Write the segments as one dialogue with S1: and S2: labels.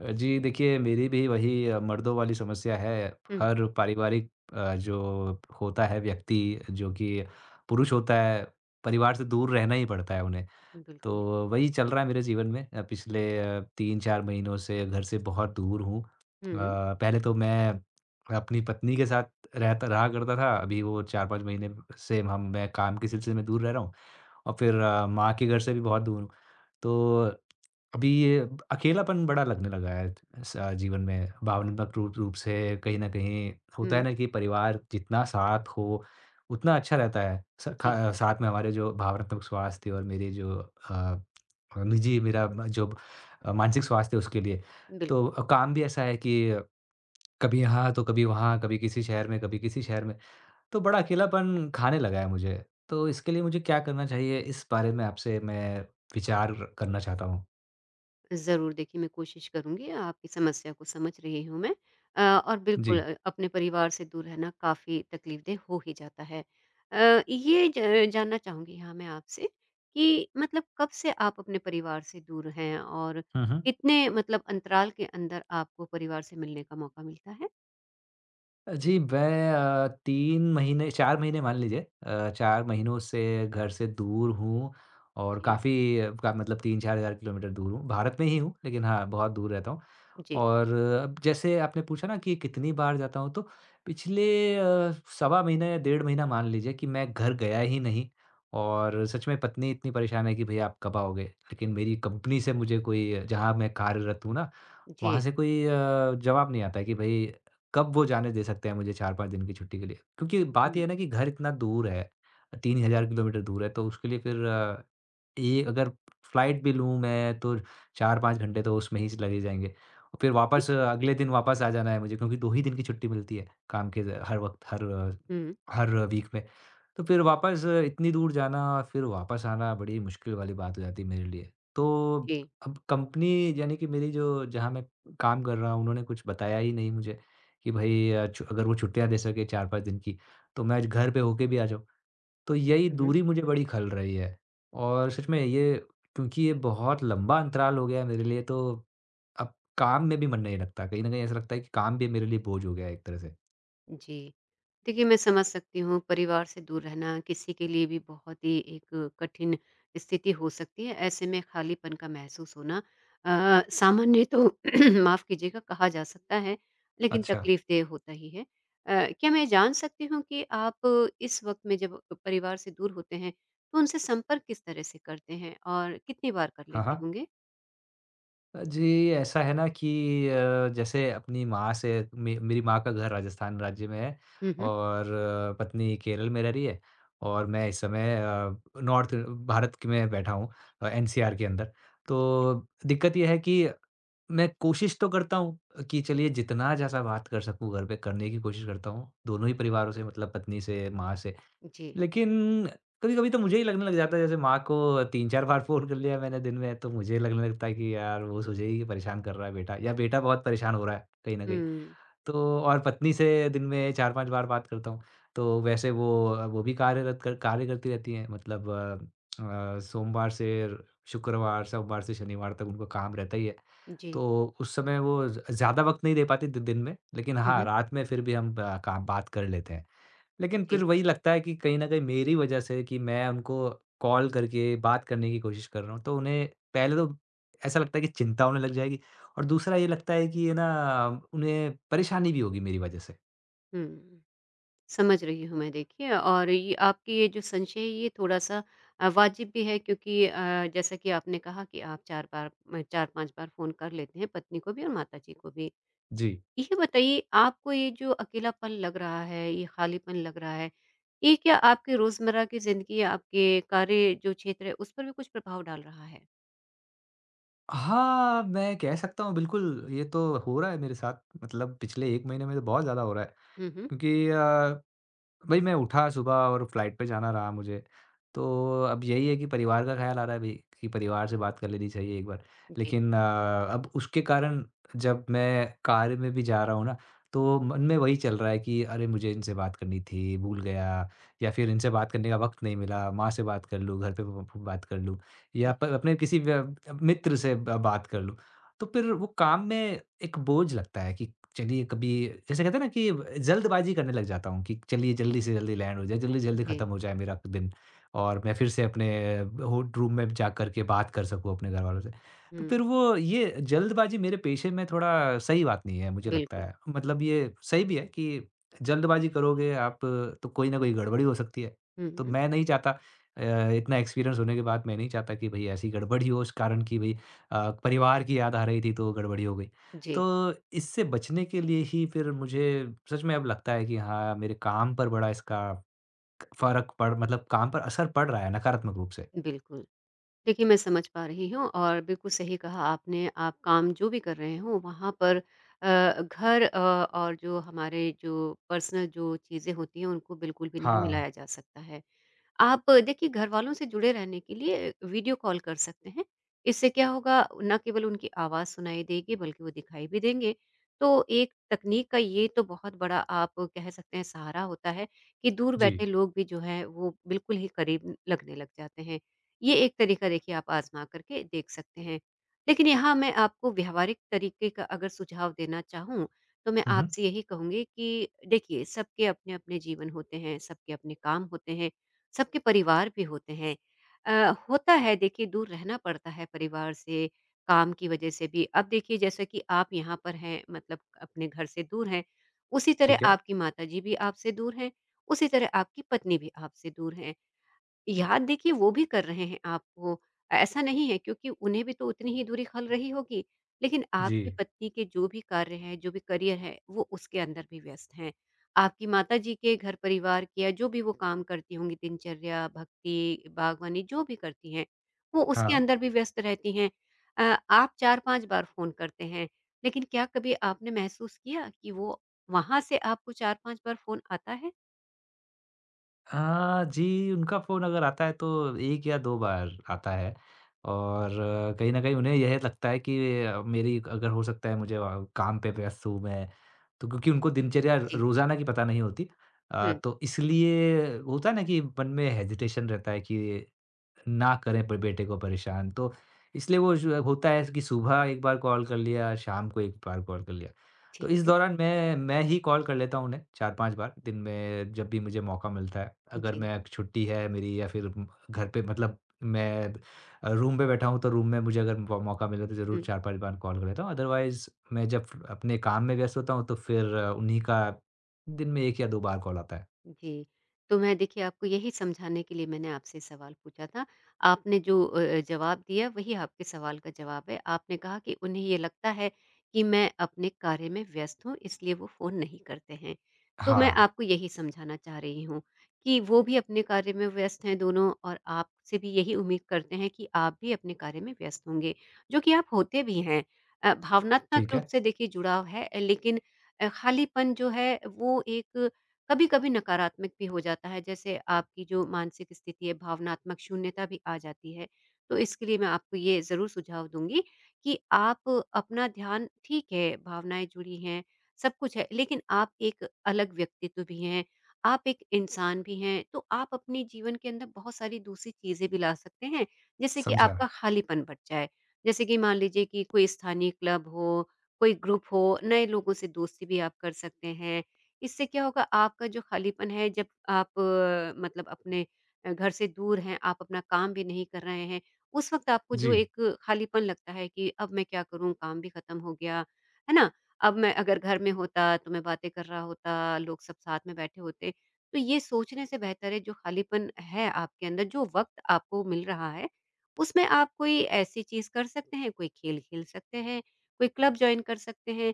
S1: जी देखिए, मेरी भी वही मर्दों वाली समस्या है।
S2: हुँ,
S1: हर पारिवारिक जो होता है व्यक्ति जो कि पुरुष होता है, परिवार से दूर रहना ही पड़ता है उन्हें। तो
S2: बिल्कुल।
S1: वही चल रहा है मेरे जीवन में पिछले 3-4 महीनों से घर से बहुत दूर हूँ।
S2: हुँ,
S1: पहले तो मैं अपनी पत्नी के साथ रहता रहा करता था, अभी वो 4-5 महीने से हम मैं काम के सिलसिले में दूर रह रहा हूँ और फिर माँ के घर से भी बहुत दूर हूँ। तो अभी ये अकेलापन बड़ा लगने लगा है जीवन में भावनात्मक रूप रूप से कहीं ना कहीं होता है
S2: हुँ,
S1: ना कि परिवार जितना साथ हो उतना अच्छा रहता है
S2: जी,
S1: साथ में हमारे जो भावनात्मक स्वास्थ्य और मेरे जो अ, निजी जो मानसिक स्वास्थ्य है उसके लिए।
S2: बिल्कुल।
S1: तो काम भी ऐसा है कि कभी यहाँ तो कभी वहाँ कभी किसी शहर में कभी किसी शहर में तो बड़ा अकेलापन खाने लगा है मुझे। तो इसके लिए मुझे क्या करना चाहिए इस बारे में आपसे मैं विचार करना चाहता हूँ।
S2: ज़रूर देखिए मैं कोशिश करूँगी, आपकी समस्या को समझ रही हूँ मैं। अ, और बिल्कुल
S1: जी।
S2: अपने परिवार से दूर रहना काफ़ी तकलीफ़देह हो ही जाता है। ये ज जानना चाहूँगी यहाँ मैं आपसे कि मतलब कब से आप अपने परिवार से दूर हैं और
S1: हम्म, हम्म।
S2: कितने मतलब अंतराल के अंदर आपको परिवार से मिलने का मौका मिलता है?
S1: जी, मैं 3 महीने 4 महीने मान लीजिए 4 महीनों से घर से दूर हूँ और
S2: जी,
S1: काफ़ी का मतलब 3-4 हज़ार किलोमीटर दूर हूँ। भारत में ही हूँ, लेकिन हाँ, बहुत दूर रहता हूँ।
S2: जी,
S1: और अब जैसे आपने पूछा ना कि कितनी बार जाता हूँ, तो पिछले सवा महीना या डेढ़ महीना मान लीजिए कि मैं घर गया ही नहीं और सच में पत्नी इतनी परेशान है कि भैया आप कब आओगे? लेकिन मेरी कंपनी से मुझे कोई, जहाँ मैं कार्यरत हूँ ना, वहाँ
S2: जी।
S1: से कोई जवाब नहीं आता है कि भई कब वो जाने दे सकते हैं मुझे 4-5 दिन की छुट्टी के लिए। क्योंकि बात
S2: हुँ,
S1: ये है ना कि घर इतना दूर है, 3000 किलोमीटर दूर है, तो उसके लिए फिर ये अगर फ्लाइट भी लूँ मैं तो 4-5 घंटे तो उसमें ही लग ही जाएँगे। फिर
S2: हुँ,
S1: वापस अगले दिन वापस आ जाना है मुझे क्योंकि 2 ही दिन की छुट्टी मिलती है काम के, ज हर वक़्त हर
S2: हुँ,
S1: हर वीक में। तो फिर वापस इतनी दूर जाना फिर वापस आना बड़ी मुश्किल वाली बात हो जाती है मेरे लिए। तो
S2: जी।
S1: अब कंपनी यानी कि मेरी जो जहाँ मैं काम कर रहा हूँ उन्होंने कुछ बताया ही नहीं मुझे कि भई अ, छु अगर वो छुट्टियाँ दे सके 4-5 दिन की तो मैं आज घर पे होके भी आ जाऊँ। तो यही
S2: हुँ, हुँ।
S1: दूरी मुझे बड़ी खल रही है और सच में ये, क्योंकि ये बहुत लंबा अंतराल हो गया है मेरे लिए तो अब काम में भी मन नहीं लगता। कहीं न कहीं ऐसा लगता है कि काम भी मेरे लिए बोझ हो गया है एक तरह से।
S2: जी। देखिए, मैं समझ सकती हूँ परिवार से दूर रहना किसी के लिए भी बहुत ही एक कठिन स्थिति हो सकती है। ऐसे में खालीपन का महसूस होना सामान्य तो माफ़ कीजिएगा कहा जा सकता है, लेकिन
S1: अच्छा।
S2: तकलीफ़देह होता ही है। क्या मैं जान सकती हूँ कि आप इस वक़्त में जब परिवार से दूर होते हैं, तो उनसे संपर्क किस तरह से करते हैं और कितनी बार कर
S1: हाँ,
S2: लेते
S1: हाँ।
S2: होंगे?
S1: जी, ऐसा है ना कि जैसे अपनी माँ से मे मेरी माँ का घर राजस्थान राज्य में है
S2: हुँ, हुँ।
S1: और पत्नी केरल में रह रही है और मैं इस समय नॉर्थ भारत क में बैठा हूँ, एनसीआर के अंदर। तो दिक्कत ये है कि मैं कोशिश तो करता हूँ कि चलिए जितना जैसा बात कर सकूँ घर पे करने की कोशिश करता हूँ, दोनों ही परिवारों से मतलब पत्नी से, माँ से।
S2: जी।
S1: लेकिन कभी-कभी तो मुझे ही लगने लग जाता है, जैसे माँ को 3-4 बार फ़ोन कर लिया मैंने दिन में तो मुझे लगने लगता है कि यार वो सोचेगी कि परेशान कर रहा है बेटा, या बेटा बहुत परेशान हो रहा है कहीं न कहीं।
S2: हुँ।
S1: तो और पत्नी से दिन में 4-5 बार बात करता हूँ। तो वैसे वो भी कार्य करती रहती हैं, मतलब सोमवार से सोमवार से शनिवार तक उनका काम रहता ही है।
S2: जी।
S1: तो उस समय वो ज़ ज़्यादा वक़्त नहीं दे पाती दि दिन में, लेकिन
S2: हुँ,
S1: हाँ,
S2: हुँ।
S1: रात में फिर भी हम ब का बात कर लेते हैं। लेकिन फिर
S2: जी।
S1: वही लगता है कि कहीं न कहीं मेरी वजह से कि मैं उनको कॉल करके बात करने की कोशिश कर रहा हूँ, तो उन्हें पहले तो ऐसा लगता है कि चिंता होने लग जाएगी और दूसरा ये लगता है कि ये ना उन्हें परेशानी भी होगी मेरी वजह से।
S2: हुँ। समझ रही हूँ मैं देखिए और ये आपकी ये जो संशय है ये थोड़ा-सा वाजिब भी है क्योंकि जैसा कि आपने कहा कि आप 4 बार म 4-5 बार फ़ोन कर लेते हैं पत्नी को भी और माताजी को भी।
S1: जी।
S2: ये बताइए आपको ये जो अकेलापन लग रहा है, ये खालीपन लग रहा है, ये क्या आपके रोज़मर्रा की ज़िंदगी या आपके कार्य जो क्षेत्र है उस पर भी कुछ प्रभाव डाल रहा है?
S1: हाँ, मैं कह सकता हूँ बिल्कुल, ये तो हो रहा है मेरे साथ, मतलब पिछले 1 महीने में तो बहुत ज़्यादा हो रहा है
S2: हुँ, हुँ।
S1: क्योंकि भाई मैं उठा सुबह और फ्लाइट पे जाना रहा मुझे। तो अब यही है कि परिवार का ख़्याल आ रहा है भई कि परिवार से बात कर लेनी चाहिए एक बार।
S2: जी,
S1: लेकिन अब उसके कारण जब मैं कार में भी जा रहा हूँ ना, तो मन में वही चल रहा है कि अरे! मुझे इनसे बात करनी थी, भूल गया, या फिर इनसे बात करने का वक़्त नहीं मिला, माँ से बात कर लूँ, घर पे ब ब बात कर लूँ या
S2: जी,
S1: प अपने किसी व्य मित्र से ब बात कर लूँ। तो फिर वो काम में एक बोझ लगता है कि चलिए, कभी जैसे कहते हैं ना कि जल्दबाजी करने लग जाता हूँ कि चलिए जल्दी से जल्दी लैंड हो जाए, जल्दी से जल्दी
S2: जी।
S1: ख़त्म हो जाए मेरा दिन और मैं फिर से अपने हो रूम में जा कर के बात कर सकूँ अपने घरवालों से। तो
S2: हुँ,
S1: फिर वो ये जल्दबाजी मेरे पेशे में थोड़ा सही बात नहीं है, मुझे लगता
S2: बिल्कुल।
S1: है। मतलब ये सही भी है कि जल्दबाजी करोगे आप तो कोई ना कोई गड़बड़ी हो सकती है।
S2: हुँ,
S1: तो
S2: हुँ।
S1: मैं नहीं चाहता, इतना एक्सपीरियंस होने के बाद मैं नहीं चाहता कि भई ऐसी गड़बड़ ही हो इस कारण कि भई परिवार की याद आ रही थी तो गड़बड़ी हो गई।
S2: जी,
S1: तो इससे बचने के लिए ही फिर मुझे सच में अब लगता है कि हाँ, मेरे काम पर बड़ा इसका फ़र्क पड़ मतलब काम पर असर पड़ रहा है नकारात्मक रूप से।
S2: बिल्कुल। देखिए, मैं समझ पा रही हूँ और बिल्कुल सही कहा आपने, आप काम जो भी कर रहे हों, वहाँ पर और जो हमारे जो पर्सनल जो चीज़ें होती हैं, उनको बिल्कुल भी नहीं
S1: हाँ,
S2: मिलाया जा सकता है। आप देखिए घरवालों से जुड़े रहने के लिए वीडियो कॉल कर सकते हैं। इससे क्या होगा ना केवल उनकी आवाज़ सुनाई देगी बल्कि वो दिखाई भी देंगे। तो एक तकनीक का ये तो बहुत बड़ा आप कह सकते हैं सहारा होता है कि दूर
S1: जी।
S2: बैठे लोग भी जो हैं वो बिल्कुल ही करीब लगने लग जाते हैं। ये एक तरीका देखिए आप आज़मा करके देख सकते हैं। लेकिन यहाँ मैं आपको व्यावहारिक तरीके का अगर सुझाव देना चाहूँ तो मैं
S1: हुँ, हुँ,
S2: आपसे यही कहूँगी कि देखिए सबके अपने-अपने जीवन होते हैं, सबके अपने काम होते हैं। सबके परिवार भी होते हैं। होता है देखिए दूर रहना पड़ता है परिवार से, काम की वजह से भी। अब देखिए जैसा कि आप यहाँ पर हैं मतलब अपने घर से दूर हैं, उसी तरह
S1: ठीक है।
S2: आपकी माताजी भी आपसे दूर हैं, उसी तरह आपकी पत्नी भी आपसे दूर हैं। याद देखिए वो भी कर रहे हैं आपको। ऐसा नहीं है क्योंकि उन्हें भी तो उतनी ही दूरी खल रही होगी, लेकिन
S1: जी,
S2: आपकी पत्नी के जो भी कार्य हैं, जो भी करियर है, वो उसके अंदर भी व्यस्त हैं। आपकी माताजी के घर परिवार के या जो भी वो काम करती होंगी दिनचर्या, भक्ति, बागवानी जो भी करती हैं, वो उसके
S1: हाँ।
S2: अंदर भी व्यस्त रहती हैं। आप 4-5 बार फ़ोन करते हैं, लेकिन क्या कभी आपने महसूस किया कि वो वहाँ से आपको 4-5 बार फ़ोन आता है?
S1: जी, उनका फ़ोन अगर आता है तो 1 या 2 बार आता है और कहीं न कहीं उन्हें यह लगता है कि अ, मेरी अगर हो सकता है मुझे, काम पे व्यस्त हूँ मैं, तो क्योंकि उनको दिनचर्या
S2: जी।
S1: रोज़ाना की पता नहीं होती।
S2: हुँ,
S1: तो इसलिए होता है ना कि मन में हेजिटेशन रहता है कि ना करें प बेटे को परेशान। तो इसलिए वो जो होता है कि सुबह एक बार कॉल कर लिया, शाम को एक बार कॉल कर लिया। तो
S2: ठीक
S1: इस
S2: है।
S1: दौरान मैं ही कॉल कर लेता हूँ उन्हें 4-5 बार दिन में जब भी मुझे मौका मिलता है। अगर
S2: जी।
S1: मैं छुट्टी है मेरी या फिर घर पे, मतलब मैं रूम पे बैठा हूँ तो रूम में मुझे अगर मौ मौका मिले तो ज़रूर
S2: हुँ।
S1: 4-5 बार कॉल कर लेता हूँ। अदरवाइज़ मैं जब अपने काम में व्यस्त होता हूँ तो फिर उन्हीं का दिन में 1 या 2 बार कॉल आता है।
S2: जी। तो मैं देखिए आपको यही समझाने के लिए मैंने आपसे सवाल पूछा था। आपने जो जवाब दिया वही आपके सवाल का जवाब है। आपने कहा कि उन्हें ये लगता है कि मैं अपने कार्य में व्यस्त हूँ इसलिए वो फ़ोन नहीं करते हैं। तो
S1: हाँ,
S2: मैं आपको यही समझाना चाह रही हूँ कि वो भी अपने कार्य में व्यस्त हैं दोनों और आपसे भी यही उम्मीद करते हैं कि आप भी अपने कार्य में व्यस्त होंगे, जो कि आप होते भी हैं। भावनात्मक
S1: ठीक
S2: रूप
S1: है,
S2: से देखिए जुड़ाव है लेकिन खालीपन जो है वो एक कभी-कभी नकारात्मक भी हो जाता है, जैसे आपकी जो मानसिक स्थिति है, भावनात्मक शून्यता भी आ जाती है। तो इसके लिए मैं आपको ये ज़रूर सुझाव दूँगी कि आप अपना ध्यान ठीक है, भावनाएँ जुड़ी हैं, सब कुछ है, लेकिन आप एक अलग व्यक्तित्व भी हैं, आप एक इंसान भी हैं, तो आप अपने जीवन के अंदर बहुत सारी दूसरी चीज़ें भी ला सकते हैं, जिससे कि
S1: समझा।
S2: आपका खालीपन बच जाए। जैसे कि मान लीजिए कि कोई स्थानीय क्लब हो, कोई ग्रुप हो, नए लोगों से दोस्ती भी आप कर सकते हैं। इससे क्या होगा आपका जो खालीपन है जब आप मतलब अपने घर से दूर हैं, आप अपना काम भी नहीं कर रहे हैं, उस वक़्त आपको जो
S1: जी,
S2: एक खालीपन लगता है कि अब मैं क्या करूँ? काम भी खत्म हो गया, है ना? अब मैं अगर घर में होता तो मैं बातें कर रहा होता, लोग सब साथ में बैठे होते। तो ये सोचने से बेहतर है जो खालीपन है आपके अंदर, जो वक़्त आपको मिल रहा है, उसमें आप कोई ऐसी चीज़ कर सकते हैं, कोई खेल खेल सकते हैं, कोई क्लब जॉइन कर सकते हैं।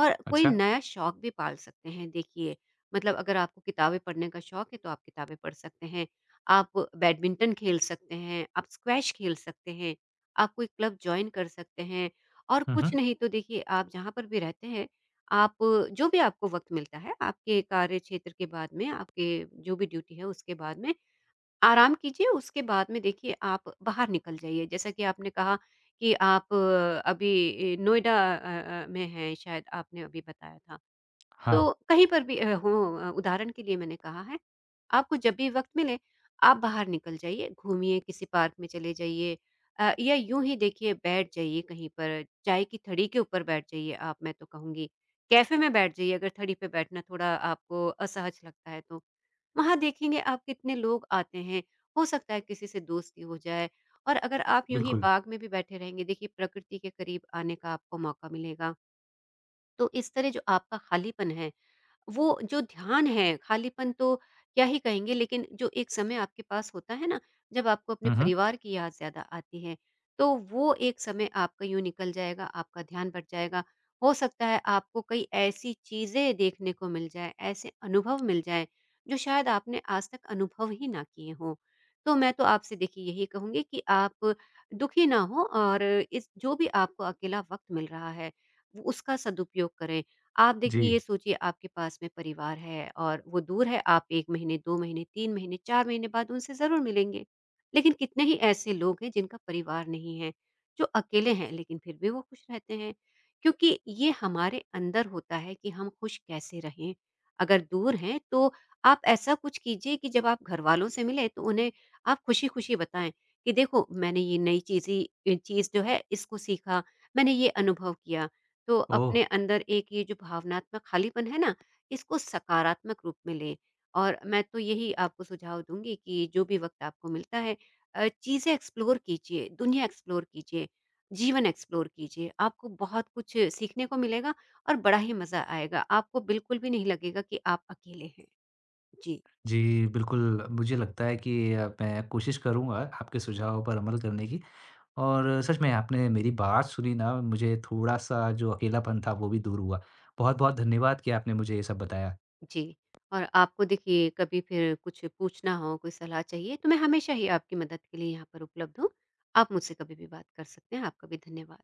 S2: और कोई
S1: अच्छा।
S2: नया शौक भी पाल सकते हैं देखिए, मतलब अगर आपको किताबें पढ़ने का शौक है तो आप किताबें पढ़ सकते हैं, आप बैडमिंटन खेल सकते हैं, आप स्क्वैश खेल सकते हैं, आप कोई क्लब जॉइन कर सकते हैं और
S1: हुँ,
S2: कुछ
S1: हुँ।
S2: नहीं तो देखिए आप जहाँ पर भी रहते हैं, आप जो भी आपको वक़्त मिलता है, आपके कार्य क्षेत्र के बाद में, आपके जो भी ड्यूटी है उसके बाद में, आराम कीजिए, उसके बाद में देखिए आप बाहर निकल जाइए। जैसा कि आपने कहा कि आप नोएडा में हैं शायद आपने अभी बताया था।
S1: हाँ,
S2: तो कहीं पर भी उदाहरण के लिए मैंने कहा है, आपको जब भी वक़्त मिले, आप बाहर निकल जाइए, घूमिए, किसी पार्क में चले जाइए या यूँ ही देखिए बैठ जाइए कहीं पर, चाय की थड़ी के ऊपर बैठ जाइए आप, मैं तो कहूँगी। कैफ़े में बैठ जाइए अगर थड़ी पे बैठना थोड़ा आपको असहज लगता है तो। वहाँ देखेंगे आप कितने लोग आते हैं, हो सकता है किसी से दोस्ती हो जाए और अगर आप यूँ ही
S1: बिल्कुल।
S2: बाग में भी बैठे रहेंगे, देखिए प्रकृति के करीब आने का आपको मौका मिलेगा। तो इस तरह जो आपका खालीपन है वो जो ध्यान है, खालीपन तो क्या ही कहेंगे लेकिन जो एक समय आपके पास होता है ना, जब आपको अपने
S1: हुँ, हुँ।
S2: परिवार की याद ज़्यादा आती है, तो वो एक समय आपका यूँ निकल जाएगा, आपका ध्यान बट जाएगा। हो सकता है आपको कई ऐसी चीज़ें देखने को मिल जाएँ, ऐसे अनुभव मिल जाएँ, जो शायद आपने आज तक अनुभव ही ना किए हों। तो मैं तो आपसे देखिए यही कहूँगी कि आप दुखी ना हों और इस जो भी आपको अकेला वक़्त मिल रहा है, वो उसका सदुपयोग करें। आप
S1: जी।
S2: देखिए ये सोचिए आपके पास में परिवार है और वो दूर है आप 1 महीने, 2 महीने, 3 महीने, 4 महीने बाद उनसे ज़रूर मिलेंगे। लेकिन कितने ही ऐसे लोग हैं जिनका परिवार नहीं है, जो अकेले हैं लेकिन फिर भी वो खुश रहते हैं। क्योंकि ये हमारे अंदर होता है कि हम खुश कैसे रहें। अगर दूर हैं तो आप ऐसा कुछ कीजिए कि जब आप घरवालों से मिलें तो उन्हें आप खुशी-खुशी बताएँ कि देखो मैंने ये नई चीज़ें चीज़ जो है इसको सीखा, मैंने ये अनुभव किया। तो
S1: ओह!
S2: अपने अंदर एक ये जो भावनात्मक खालीपन है ना, इसको सकारात्मक रूप में लें। और मैं तो यही आपको सुझाव दूँगी कि जो भी वक़्त आपको मिलता है चीज़ें एक्सप्लोर कीजिए, दुनिया एक्सप्लोर कीजिए, जीवन एक्सप्लोर कीजिए। आपको बहुत कुछ सीखने को मिलेगा और बड़ा ही मज़ा आएगा। आपको बिल्कुल भी नहीं लगेगा कि आप अकेले हैं। जी,
S1: जी, बिल्कुल, मुझे लगता है कि मैं कोशिश करूँगा आपके सुझावों पर अमल करने की और सच में आपने मेरी बात सुनी ना, मुझे थोड़ा-सा जो अकेलापन था वो भी दूर हुआ। बहुत-बहुत धन्यवाद कि आपने मुझे ये सब बताया।
S2: जी। और आपको देखिए कभी फिर कुछ पूछना हो, कोई सलाह चाहिए तो मैं हमेशा ही आपकी मदद के लिए यहाँ पर उपलब्ध हूँ। आप मुझसे कभी भी बात कर सकते हैं। आपका भी धन्यवाद।